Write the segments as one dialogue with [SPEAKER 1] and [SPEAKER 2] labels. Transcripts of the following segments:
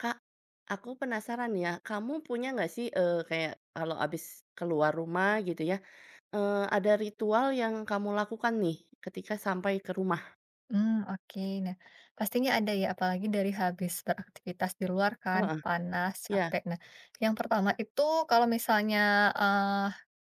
[SPEAKER 1] Kak, aku penasaran ya, kamu punya nggak sih, kayak kalau abis keluar rumah gitu ya, ada ritual yang kamu lakukan nih ketika sampai ke rumah?
[SPEAKER 2] Hmm oke. Nah, pastinya ada ya, apalagi dari habis beraktivitas di luar kan,
[SPEAKER 1] Heeh,
[SPEAKER 2] panas,
[SPEAKER 1] iya.
[SPEAKER 2] capek. Nah, yang pertama itu kalau misalnya, eee,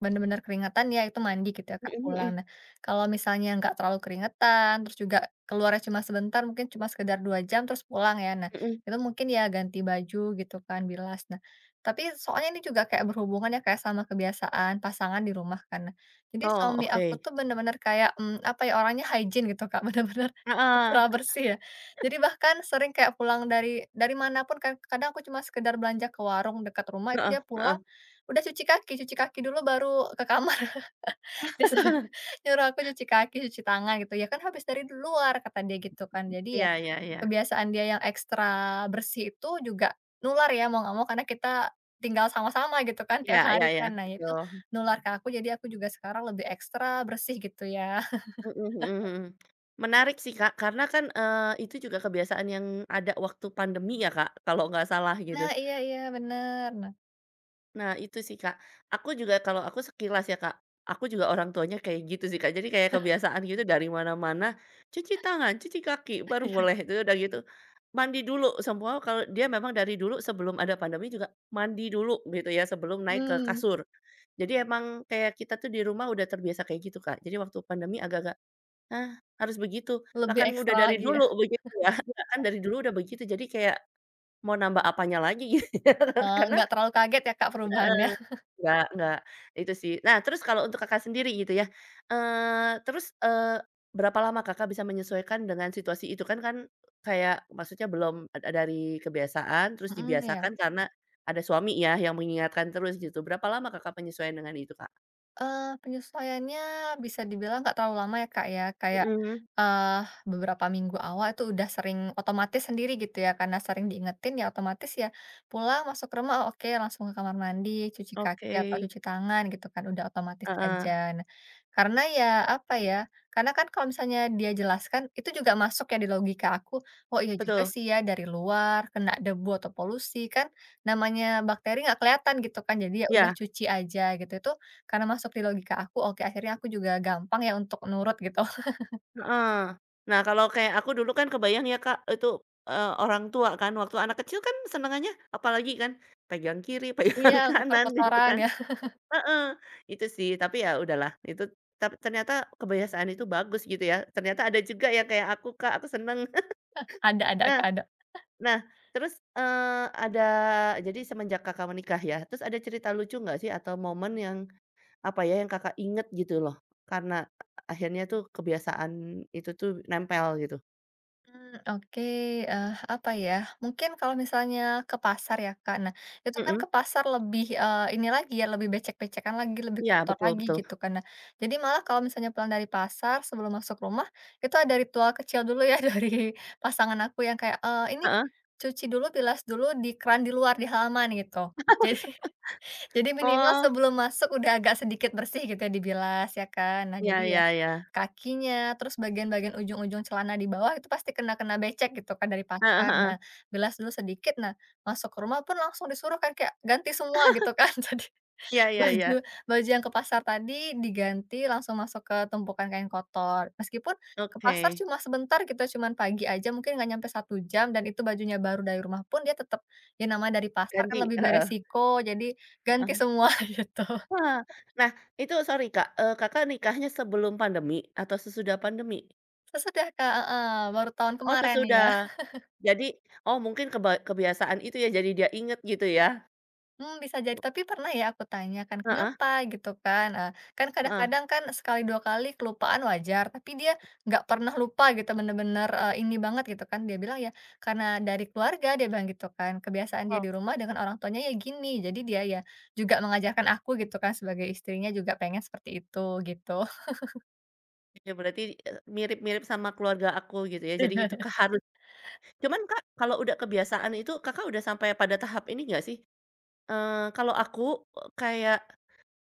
[SPEAKER 2] benar-benar keringatan ya, itu mandi gitu ya, Kak,
[SPEAKER 1] Mhm
[SPEAKER 2] pulang.
[SPEAKER 1] mhm
[SPEAKER 2] Nah, kalau misalnya nggak terlalu keringetan, terus juga keluarnya cuma sebentar, mungkin cuma sekedar 2 jam, terus pulang ya. Nah,
[SPEAKER 1] mhm.
[SPEAKER 2] itu mungkin ya ganti baju gitu kan, bilas. Nah, tapi soalnya ini juga kayak berhubungan ya kayak sama kebiasaan pasangan di rumah kan. Nah, jadi
[SPEAKER 1] Oh,
[SPEAKER 2] suami aku
[SPEAKER 1] oke.
[SPEAKER 2] tuh bener-bener kayak, apa ya, orangnya hygiene gitu, Kak, bener-bener
[SPEAKER 1] Heeh,
[SPEAKER 2] kurang bersih ya. Jadi bahkan sering kayak pulang dari manapun kan kadang aku cuma sekedar belanja ke warung dekat rumah, itu
[SPEAKER 1] heeh
[SPEAKER 2] dia pulang
[SPEAKER 1] heeh.
[SPEAKER 2] udah cuci kaki dulu baru ke kamar. Dia suruh nyuruh aku cuci kaki, cuci tangan gitu, ya kan habis dari luar kata dia gitu kan. Jadi ya
[SPEAKER 1] Iya iya iya.
[SPEAKER 2] kebiasaan dia yang ekstra bersih itu juga nular ya mau nggak mau karena kita tinggal sama-sama gitu kan tiap
[SPEAKER 1] Iya iya
[SPEAKER 2] hari
[SPEAKER 1] iya,
[SPEAKER 2] kan. Nah itu
[SPEAKER 1] betul.
[SPEAKER 2] nular ke aku, jadi aku juga sekarang lebih ekstra bersih gitu ya.
[SPEAKER 1] Mhm mhm mhm. Menarik sih, Kak, karena kan, itu juga kebiasaan yang ada waktu pandemi ya, Kak, kalau nggak salah
[SPEAKER 2] Nah
[SPEAKER 1] gitu.
[SPEAKER 2] iya iya bener. Nah,
[SPEAKER 1] Nah, itu sih, Kak. Aku juga kalau aku sekilas ya, Kak, aku juga orang tuanya kayak gitu sih, Kak. Jadi kayak kebiasaan gitu dari mana-mana, cuci tangan, cuci kaki, baru boleh. Itu udah gitu, mandi dulu. Semua kalau dia memang dari dulu sebelum ada pandemi juga mandi dulu gitu ya, sebelum naik ke
[SPEAKER 2] mhm.
[SPEAKER 1] kasur. Jadi emang kayak kita tuh di rumah udah terbiasa kayak gitu, Kak. Jadi waktu pandemi agak-agak, "Hah, harus begitu." Lah
[SPEAKER 2] Lebih
[SPEAKER 1] kan udah
[SPEAKER 2] ekstra
[SPEAKER 1] dari
[SPEAKER 2] lagi ya?
[SPEAKER 1] dulu begitu ya. Kan dari dulu udah begitu, jadi kayak mau nambah apanya lagi gitu ya,
[SPEAKER 2] Eee,
[SPEAKER 1] karena
[SPEAKER 2] nggak terlalu kaget ya Kak perubahannya?
[SPEAKER 1] nggak, itu sih. Nah, terus kalau untuk Kakak sendiri gitu ya, eee, terus, eee, berapa lama Kakak bisa menyesuaikan dengan situasi itu? Kan kan kayak maksudnya belum dari kebiasaan, terus
[SPEAKER 2] Mhm, ya.
[SPEAKER 1] dibiasakan karena ada suami ya yang mengingatkan terus gitu. Berapa lama Kakak penyesuaian dengan itu, Kak?
[SPEAKER 2] Penyesuaiannya bisa dibilang nggak terlalu lama ya, Kak, ya. Kayak,
[SPEAKER 1] Mhm,
[SPEAKER 2] eee, beberapa minggu awal itu udah sering otomatis sendiri gitu ya, karena sering diingetin ya otomatis ya pulang masuk ke rumah, oh, oke, langsung ke kamar mandi, cuci kaki
[SPEAKER 1] oke.
[SPEAKER 2] atau cuci tangan gitu kan, udah otomatis
[SPEAKER 1] Heeh,
[SPEAKER 2] aja. Nah, karena ya apa ya, karena kan kalau misalnya dia jelaskan itu juga masuk ya di logika aku, oh iya juga
[SPEAKER 1] betul,
[SPEAKER 2] sih ya dari luar kena debu atau polusi kan namanya bakteri nggak kelihatan gitu kan, jadi ya udah
[SPEAKER 1] iya,
[SPEAKER 2] cuci aja gitu. Itu karena masuk di logika aku, oke akhirnya aku juga gampang ya untuk nurut gitu.
[SPEAKER 1] heeh. Nah, kalau kayak aku dulu kan kebayang ya, Kak, itu, orang tua kan, waktu anak kecil kan senengannya apalagi kan pegang kiri,
[SPEAKER 2] Iya,
[SPEAKER 1] pegang kanan gitu
[SPEAKER 2] kotor-kotoran
[SPEAKER 1] kan.
[SPEAKER 2] ya,
[SPEAKER 1] Heeh, itu sih, tapi ya udahlah itu tapi ternyata kebiasaan itu bagus gitu ya, ternyata ada juga yang kayak aku, Kak, aku seneng.
[SPEAKER 2] ada
[SPEAKER 1] Nah,
[SPEAKER 2] Kak, ada.
[SPEAKER 1] nah, terus, eee, ada jadi semenjak Kakak menikah ya, terus ada cerita lucu nggak sih atau momen yang, apa ya, yang Kakak inget gitu loh, karena akhirnya tuh kebiasaan itu tuh nempel gitu?
[SPEAKER 2] Mmm, oke, apa ya, mungkin kalau misalnya ke pasar ya Kak, nah itu kan
[SPEAKER 1] Mhm,
[SPEAKER 2] ke pasar lebih, ini lagi ya, lebih becek-becekan lagi, lebih
[SPEAKER 1] ya
[SPEAKER 2] kotor
[SPEAKER 1] betul
[SPEAKER 2] lagi
[SPEAKER 1] betul,
[SPEAKER 2] gitu kan. Nah, jadi malah kalau misalnya pulang dari pasar sebelum masuk rumah, itu ada ritual kecil dulu ya dari pasangan aku yang kayak, "Ini,
[SPEAKER 1] heeh,
[SPEAKER 2] cuci dulu, bilas dulu di keran di luar, di halaman," gitu. Jadi Jadi minimal
[SPEAKER 1] oh,
[SPEAKER 2] sebelum masuk udah agak sedikit bersih gitu ya dibilas ya kan. Nah jadi
[SPEAKER 1] ya
[SPEAKER 2] ya
[SPEAKER 1] ya ya,
[SPEAKER 2] kakinya, terus bagian-bagian ujung-ujung celana di bawah itu pasti kena kena becek gitu kan dari
[SPEAKER 1] heeh
[SPEAKER 2] pasar.
[SPEAKER 1] heeh,
[SPEAKER 2] Nah bilas dulu sedikit, nah masuk ke rumah pun langsung disuruh kan kayak ganti semua gitu kan jadi
[SPEAKER 1] ya ya
[SPEAKER 2] Baju
[SPEAKER 1] ya,
[SPEAKER 2] baju yang ke pasar tadi diganti langsung masuk ke tumpukan kain kotor. Meskipun ke
[SPEAKER 1] oke,
[SPEAKER 2] pasar cuma sebentar gitu, cuman pagi aja mungkin nggak nyampe satu jam dan itu bajunya baru dari rumah pun dia tetap, ya namanya dari pasar kan
[SPEAKER 1] ganti,
[SPEAKER 2] lebih beresiko, jadi ganti
[SPEAKER 1] heeh.
[SPEAKER 2] semua gitu.
[SPEAKER 1] Wah. Nah, itu sorry Kak, Kakak nikahnya sebelum pandemi atau sesudah pandemi?
[SPEAKER 2] Sesudah, Kak, heeh, baru tahun
[SPEAKER 1] Oh
[SPEAKER 2] kemarin ya.
[SPEAKER 1] sesudah. Jadi oh mungkin kebiasaan itu ya, jadi dia inget gitu ya?
[SPEAKER 2] Bisa jadi, tapi pernah ya aku tanyakan,
[SPEAKER 1] Heeh
[SPEAKER 2] "Kenapa?" Gitu kan, kan
[SPEAKER 1] heeh.
[SPEAKER 2] kadang-kadang kan sekali dua kali kelupaan wajar, tapi dia nggak pernah lupa gitu, bener-bener, ini banget gitu kan. Dia bilang ya, "Karena dari keluarga," dia bilang gitu kan, "kebiasaan dia di rumah dengan orang tuanya ya gini." Jadi dia ya juga mengajarkan aku gitu kan, sebagai istrinya juga pengen seperti itu, gitu.
[SPEAKER 1] Oke, berarti, mirip-mirip sama keluarga aku gitu ya, jadi itu keharus cuman Kak, kalau udah kebiasaan itu Kakak udah sampai pada tahap ini nggak sih, kalau aku, kayak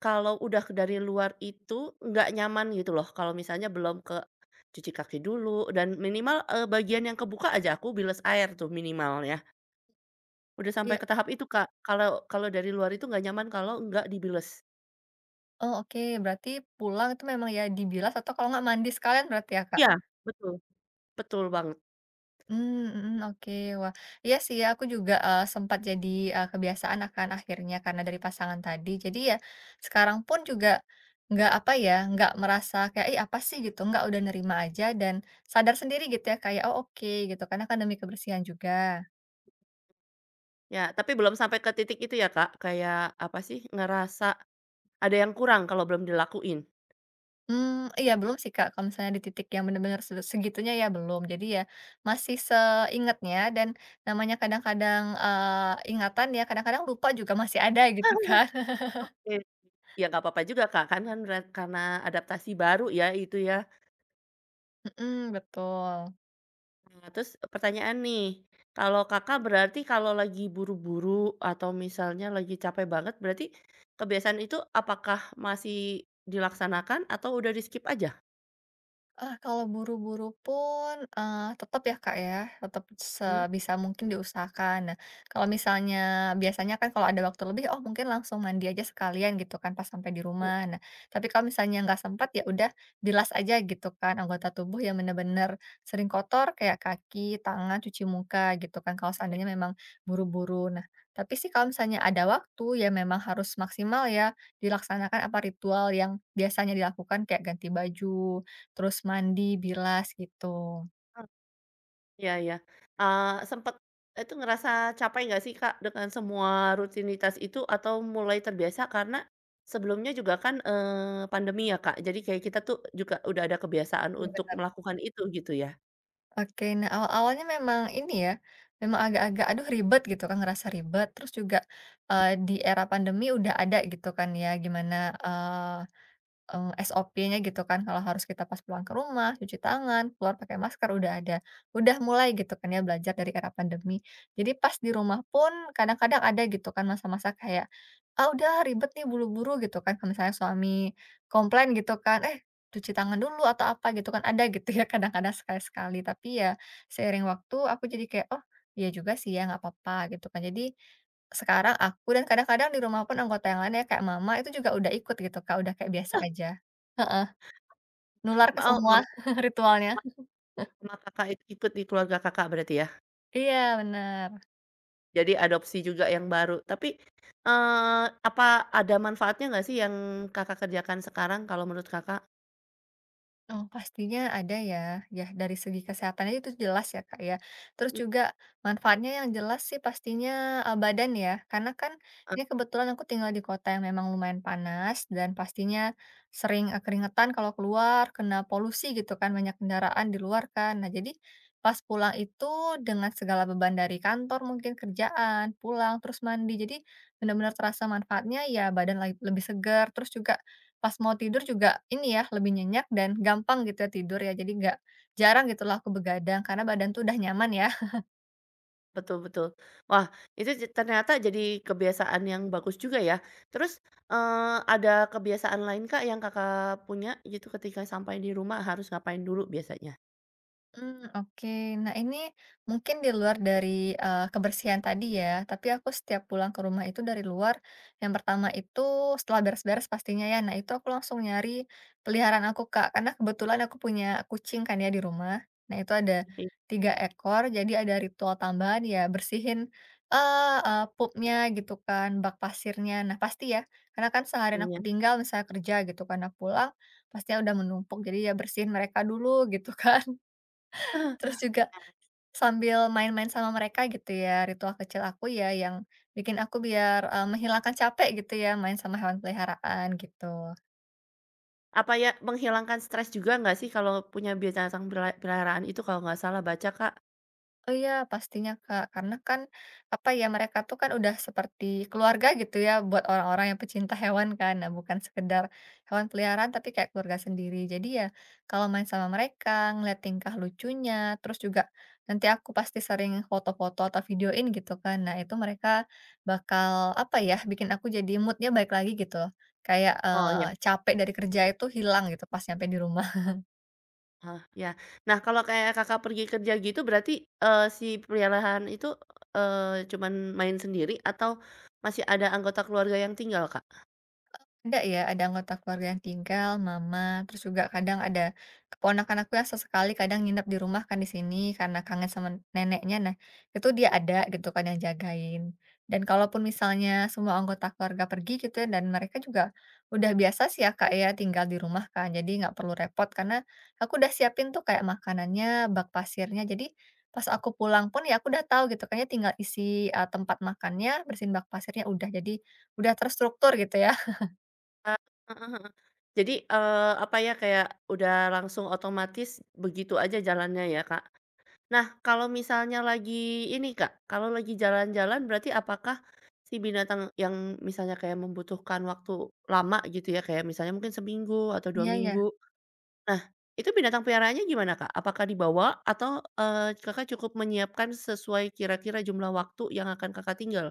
[SPEAKER 1] kalau udah ke dari luar itu nggak nyaman gitu loh, kalau misalnya belum ke cuci kaki dulu dan minimal, bagian yang kebuka aja aku bilas air tuh minimal ya. Udah sampai
[SPEAKER 2] Iya.
[SPEAKER 1] ke tahap itu, Kak, kalau kalau dari luar itu nggak nyaman kalau nggak dibilas.
[SPEAKER 2] Oh, oke, berarti pulang itu memang ya dibilas atau kalau nggak mandi sekalian berarti ya, Kak?
[SPEAKER 1] Iya, betul, betul banget.
[SPEAKER 2] Mmm, mhm, oke. Wah, iya sih ya, aku juga, sempat jadi, kebiasaan akhirnya karena dari pasangan tadi. Jadi ya sekarang pun juga nggak, apa ya, nggak merasa kayak, "Ih, apa sih?" gitu, nggak, udah nerima aja dan sadar sendiri gitu ya kayak, "Oh, oke," gitu, karena kan demi kebersihan juga.
[SPEAKER 1] Ya, tapi belum sampai ke titik itu ya, Kak, kayak apa sih, ngerasa ada yang kurang kalau belum dilakuin.
[SPEAKER 2] Mmm, iya belum sih, Kak, kalau misalnya di titik yang bener-bener segitunya ya belum. Jadi ya masih seingatnya dan namanya kadang-kadang, ingatan ya, kadang-kadang lupa juga masih ada gitu kan.
[SPEAKER 1] Oke. Ya nggak apa-apa juga, Kak, kan kan berat karena adaptasi baru ya itu ya.
[SPEAKER 2] Mhm, betul.
[SPEAKER 1] Nah, terus pertanyaan nih, kalau Kakak berarti kalau lagi buru-buru atau misalnya lagi capek banget, berarti kebiasaan itu apakah masih dilaksanakan atau udah di-skip aja?
[SPEAKER 2] Ah, kalau buru-buru pun, tetap ya, Kak, ya, tetap
[SPEAKER 1] Mmm,
[SPEAKER 2] sebisa mungkin diusahakan. Nah, kalau misalnya biasanya kan kalau ada waktu lebih, oh mungkin langsung mandi aja sekalian gitu kan pas sampai di rumah. Nah, tapi kalau misalnya nggak sempat, ya udah bilas aja gitu kan anggota tubuh yang benar-benar sering kotor kayak kaki, tangan, cuci muka gitu kan kalau
[SPEAKER 1] mhm,
[SPEAKER 2] seandainya memang buru-buru. Nah, tapi sih kalau misalnya ada waktu, ya memang harus maksimal ya dilaksanakan apa ritual yang biasanya dilakukan kayak ganti baju, terus mandi, bilas gitu.
[SPEAKER 1] ah, iya iya, eee, sempet eh, itu ngerasa capek nggak sih, Kak, dengan semua rutinitas itu atau mulai terbiasa karena sebelumnya juga kan, pandemi ya, Kak, jadi kayak kita tuh juga udah ada kebiasaan
[SPEAKER 2] Iya
[SPEAKER 1] untuk
[SPEAKER 2] bener.
[SPEAKER 1] melakukan itu gitu ya?
[SPEAKER 2] Oke, nah awal-awalnya memang ini ya, memang agak-agak aduh ribet gitu kan, ngerasa ribet, terus juga, di era pandemi udah ada gitu kan ya gimana, SOP-nya gitu kan, kalau harus kita pas pulang ke rumah, cuci tangan, keluar pakai masker, udah ada. Udah mulai gitu kan ya belajar dari era pandemi. Jadi pas di rumah pun kadang-kadang ada gitu kan masa-masa kayak, "Ah, udah ribet nih buru-buru," gitu kan. Kalau misalnya suami komplain gitu kan, "Eh, cuci tangan dulu," atau apa gitu kan, ada gitu ya kadang-kadang sekali-sekali. Tapi ya seiring waktu aku jadi kayak, "Oh, iya juga sih ya, nggak apa-apa," gitu kan. Jadi sekarang aku dan kadang-kadang di rumah pun anggota yang lainnya kayak mama itu juga udah ikut gitu Kak, udah kayak biasa aja. Heeh, nular ke
[SPEAKER 1] Mau
[SPEAKER 2] semua ritualnya.
[SPEAKER 1] sama Kakak itu ikut di keluarga Kakak berarti ya?
[SPEAKER 2] Iya bener.
[SPEAKER 1] Jadi adopsi juga yang baru. Tapi, apa ada manfaatnya nggak sih yang Kakak kerjakan sekarang kalau menurut Kakak?
[SPEAKER 2] Oh, pastinya ada ya. Ya, dari segi kesehatannya itu jelas ya, Kak, ya. Terus juga manfaatnya yang jelas sih pastinya badan ya. Karena kan
[SPEAKER 1] Mhm,
[SPEAKER 2] ini kebetulan aku tinggal di kota yang memang lumayan panas dan pastinya sering keringetan kalau keluar, kena polusi gitu kan, banyak kendaraan di luar kan. Nah, jadi pas pulang itu dengan segala beban dari kantor mungkin kerjaan, pulang terus mandi. Jadi benar-benar terasa manfaatnya ya badan lebih segar, terus juga pas mau tidur juga ini ya, lebih nyenyak dan gampang gitu ya tidur ya, jadi nggak jarang gitu lah aku begadang karena badan tuh udah nyaman ya.
[SPEAKER 1] betul betul. Wah, itu je ternyata jadi kebiasaan yang bagus juga ya. Terus, eee, ada kebiasaan lain Kak yang Kakak punya gitu ketika sampai di rumah harus ngapain dulu biasanya?
[SPEAKER 2] Hmm oke. Nah, ini mungkin di luar dari, kebersihan tadi ya, tapi aku setiap pulang ke rumah itu dari luar, yang pertama itu setelah beres-beres pastinya ya, nah itu aku langsung nyari peliharaan aku, Kak. Karena kebetulan aku punya kucing kan ya di rumah. Nah, itu ada 3 ekor, jadi ada ritual tambahan ya bersihin, eee eee, poopnya gitu kan, bak pasirnya. Nah, pasti ya, karena kan seharian aku
[SPEAKER 1] Hitungnya.
[SPEAKER 2] tinggal misalnya kerja gitu, karena pulang pastinya udah menumpuk, jadi ya bersihin mereka dulu gitu kan. Terus juga sambil main-main sama mereka gitu ya, ritual kecil aku ya yang bikin aku biar, menghilangkan capek gitu ya main sama hewan peliharaan gitu.
[SPEAKER 1] Apa ya menghilangkan stres juga nggak sih kalau punya binatang peliharaan itu kalau nggak salah baca Kak?
[SPEAKER 2] Oh iya, pastinya Kak, karena kan, apa ya, mereka tuh kan udah seperti keluarga gitu ya buat orang-orang yang pecinta hewan kan. Nah, bukan sekedar hewan peliharaan tapi kayak keluarga sendiri. Jadi ya kalau main sama mereka, ngeliat tingkah lucunya, terus juga nanti aku pasti sering foto-foto atau videoin gitu kan. Nah, itu mereka bakal apa ya, bikin aku jadi moodnya baik lagi gitu loh. Kayak
[SPEAKER 1] Oh ya.
[SPEAKER 2] capek dari kerja itu hilang gitu pas nyampe di rumah.
[SPEAKER 1] Oh, ya. Nah, kalau kayak Kakak pergi kerja gitu berarti, si piaran itu, cuman main sendiri atau masih ada anggota keluarga yang tinggal, Kak?
[SPEAKER 2] Ada ya, ada anggota keluarga yang tinggal, mama, terus juga kadang ada keponakan aku yang sesekali kadang nginep di rumah kan di sini karena kangen sama neneknya. Nah, itu dia ada gitu kan yang jagain. Dan kalaupun misalnya semua anggota keluarga pergi gitu ya, dan mereka juga udah biasa sih ya Kak ya tinggal di rumah kan, jadi nggak perlu repot karena aku udah siapin tuh kayak makanannya, bak pasirnya. Jadi pas aku pulang pun ya aku udah tahu gitu kayaknya tinggal isi tempat makannya, bersihin bak pasirnya udah jadi udah terstruktur gitu ya.
[SPEAKER 1] Eee, heeh heeh. Jadi, apa ya, kayak udah langsung otomatis begitu aja jalannya ya, Kak? Nah, kalau misalnya lagi ini, Kak, kalau lagi jalan-jalan berarti apakah si binatang yang misalnya kayak membutuhkan waktu lama gitu ya, kayak misalnya mungkin seminggu atau dua
[SPEAKER 2] Iya ya.
[SPEAKER 1] minggu nah, itu binatang peliharaannya gimana, Kak? Apakah dibawa atau, Kakak cukup menyiapkan sesuai kira-kira jumlah waktu yang akan Kakak tinggal?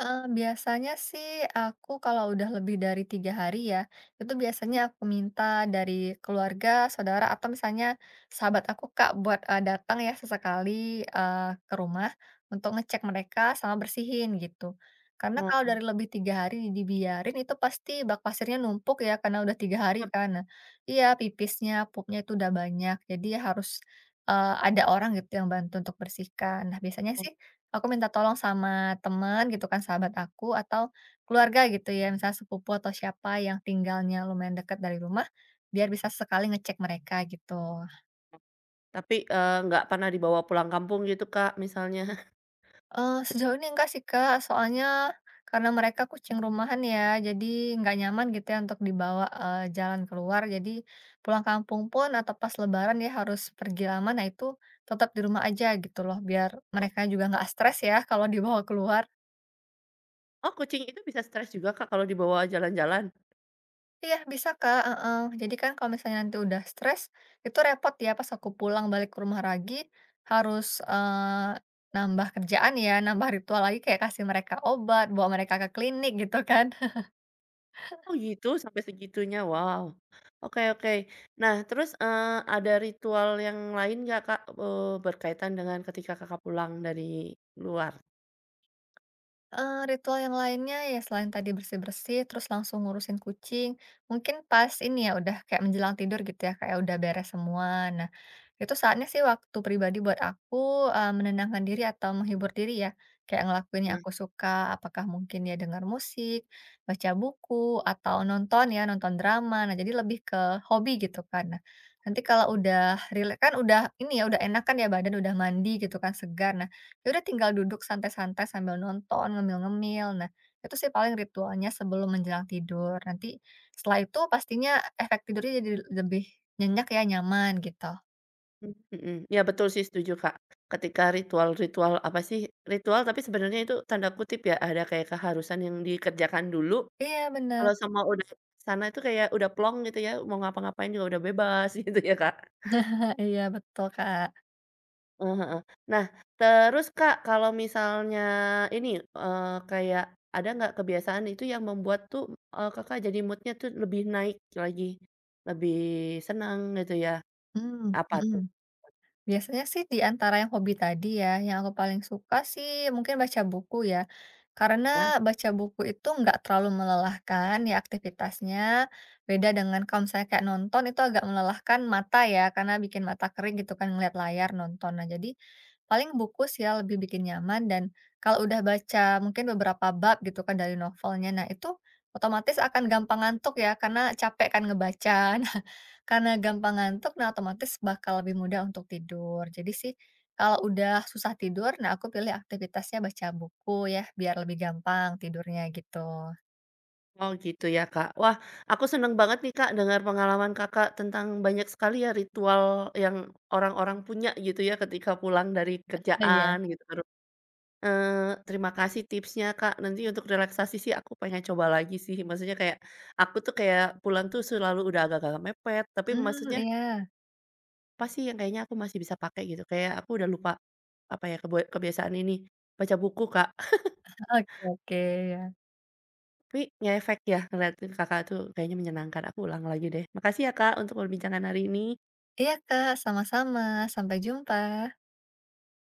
[SPEAKER 2] Biasanya sih aku kalau udah lebih dari 3 hari ya, itu biasanya
[SPEAKER 1] Mmm.
[SPEAKER 2] aku minta dari keluarga, saudara, atau misalnya sahabat aku, Kak, buat, datang ya sesekali, eee, ke rumah untuk ngecek mereka sama bersihin gitu. Karena kalau dari
[SPEAKER 1] Mhm.
[SPEAKER 2] lebih 3 hari dibiarin itu pasti bak pasirnya numpuk ya karena udah 3 hari
[SPEAKER 1] Yap,
[SPEAKER 2] kan. Nah iya, pipisnya, pupnya itu udah banyak, jadi harus, ada orang gitu yang bantu untuk bersihkan. Nah biasanya
[SPEAKER 1] oh.
[SPEAKER 2] sih aku minta tolong sama teman gitu kan, sahabat aku atau keluarga gitu ya, misalnya sepupu atau siapa yang tinggalnya lumayan dekat dari rumah, biar bisa sekali ngecek mereka gitu.
[SPEAKER 1] Tapi, nggak pernah dibawa pulang kampung gitu, Kak, misalnya?
[SPEAKER 2] Sejauh ini enggak sih, Kak, soalnya karena mereka kucing rumahan ya, jadi nggak nyaman gitu ya untuk dibawa, jalan keluar. Jadi pulang kampung pun atau pas lebaran ya harus pergi lama, nah itu tetap di rumah aja gitu loh, biar mereka juga nggak stres ya kalau dibawa keluar.
[SPEAKER 1] Oh, kucing itu bisa stres juga, Kak, kalau dibawa jalan-jalan?
[SPEAKER 2] Iya bisa, Kak, heeh. Jadi kan kalau misalnya nanti udah stres, itu repot ya pas aku pulang balik ke rumah lagi, harus, nambah kerjaan ya, nambah ritual lagi kayak kasih mereka obat, bawa mereka ke klinik gitu kan.
[SPEAKER 1] Oh, gitu sampai segitunya, wow. Oke oke. Nah, terus, ada ritual yang lain nggak, Kak, berkaitan dengan ketika Kakak pulang dari luar?
[SPEAKER 2] Ritual yang lainnya ya selain tadi bersih-bersih, terus langsung ngurusin kucing, mungkin pas ini ya, udah kayak menjelang tidur gitu ya, kayak udah beres semua. Nah itu saatnya sih waktu pribadi buat aku, menenangkan diri atau menghibur diri ya, kayak ngelakuin yang aku suka, apakah mungkin ya dengar musik, baca buku, atau nonton ya, nonton drama. Nah, jadi lebih ke hobi gitu kan. Nah, nanti kalau udah rile kan udah ini ya, udah enak kan ya badan, udah mandi gitu kan, segar. Nah, ya udah tinggal duduk santai-santai sambil nonton, ngemil-ngemil. Nah, itu sih paling ritualnya sebelum menjelang tidur. Nanti setelah itu pastinya efek tidurnya jadi lebih nyenyak ya, nyaman gitu.
[SPEAKER 1] Mmm, mhm. Ya betul sih setuju, Kak. Ketika ritual-ritual apa sih, ritual tapi sebenarnya itu tanda kutip ya, ada kayak keharusan yang dikerjakan dulu,
[SPEAKER 2] Iya
[SPEAKER 1] kalau
[SPEAKER 2] bener.
[SPEAKER 1] semua udah ke sana itu kayak udah plong gitu ya, mau ngapa-ngapain juga udah bebas gitu ya, Kak.
[SPEAKER 2] Iya betul Kak.
[SPEAKER 1] Eee, heeh. Nah, terus Kak, kalau misalnya ini, eee, kayak ada nggak kebiasaan itu yang membuat tuh, Kakak jadi mood-nya tuh lebih naik lagi, lebih senang gitu ya,
[SPEAKER 2] Mmm,
[SPEAKER 1] apa
[SPEAKER 2] mhm.
[SPEAKER 1] tuh?
[SPEAKER 2] Biasanya sih di antara yang hobi tadi ya, yang aku paling suka sih mungkin baca buku ya.
[SPEAKER 1] Ya?
[SPEAKER 2] Karena baca buku itu nggak terlalu melelahkan ya aktivitasnya. Beda dengan kalau misalnya kayak nonton itu agak melelahkan mata ya, karena bikin mata kering gitu kan ngeliat layar nonton. Nah jadi paling buku sih ya lebih bikin nyaman dan kalau udah baca mungkin beberapa bab gitu kan dari novelnya, nah itu otomatis akan gampang ngantuk ya karena capek kan ngebaca. Karena gampang ngantuk, nah otomatis bakal lebih mudah untuk tidur. Jadi sih, kalau udah susah tidur, nah aku pilih aktivitasnya baca buku ya, biar lebih gampang tidurnya gitu.
[SPEAKER 1] Oh gitu ya Kak. Wah aku seneng banget nih Kak dengar pengalaman Kakak tentang banyak sekali ya ritual yang orang-orang punya gitu ya ketika pulang dari
[SPEAKER 2] Iya,
[SPEAKER 1] kerjaan gitu kan. Terima kasih tipsnya Kak, nanti untuk relaksasi sih aku pengen coba lagi sih. Maksudnya kayak, aku tuh kayak pulang tuh selalu udah agak-agak mepet, tapi
[SPEAKER 2] hmm,
[SPEAKER 1] maksudnya
[SPEAKER 2] iya,
[SPEAKER 1] apa sih yang kayaknya aku masih bisa pakai gitu, kayak aku udah lupa, apa ya, kebiasaan ini, baca buku Kak.
[SPEAKER 2] oke oke, iya.
[SPEAKER 1] Tapi ngefek ya ngeliatin Kakak tuh kayaknya menyenangkan, aku ulang lagi deh. Makasih ya Kak untuk perbincangan hari ini.
[SPEAKER 2] Iya Kak, sama-sama, sampai jumpa.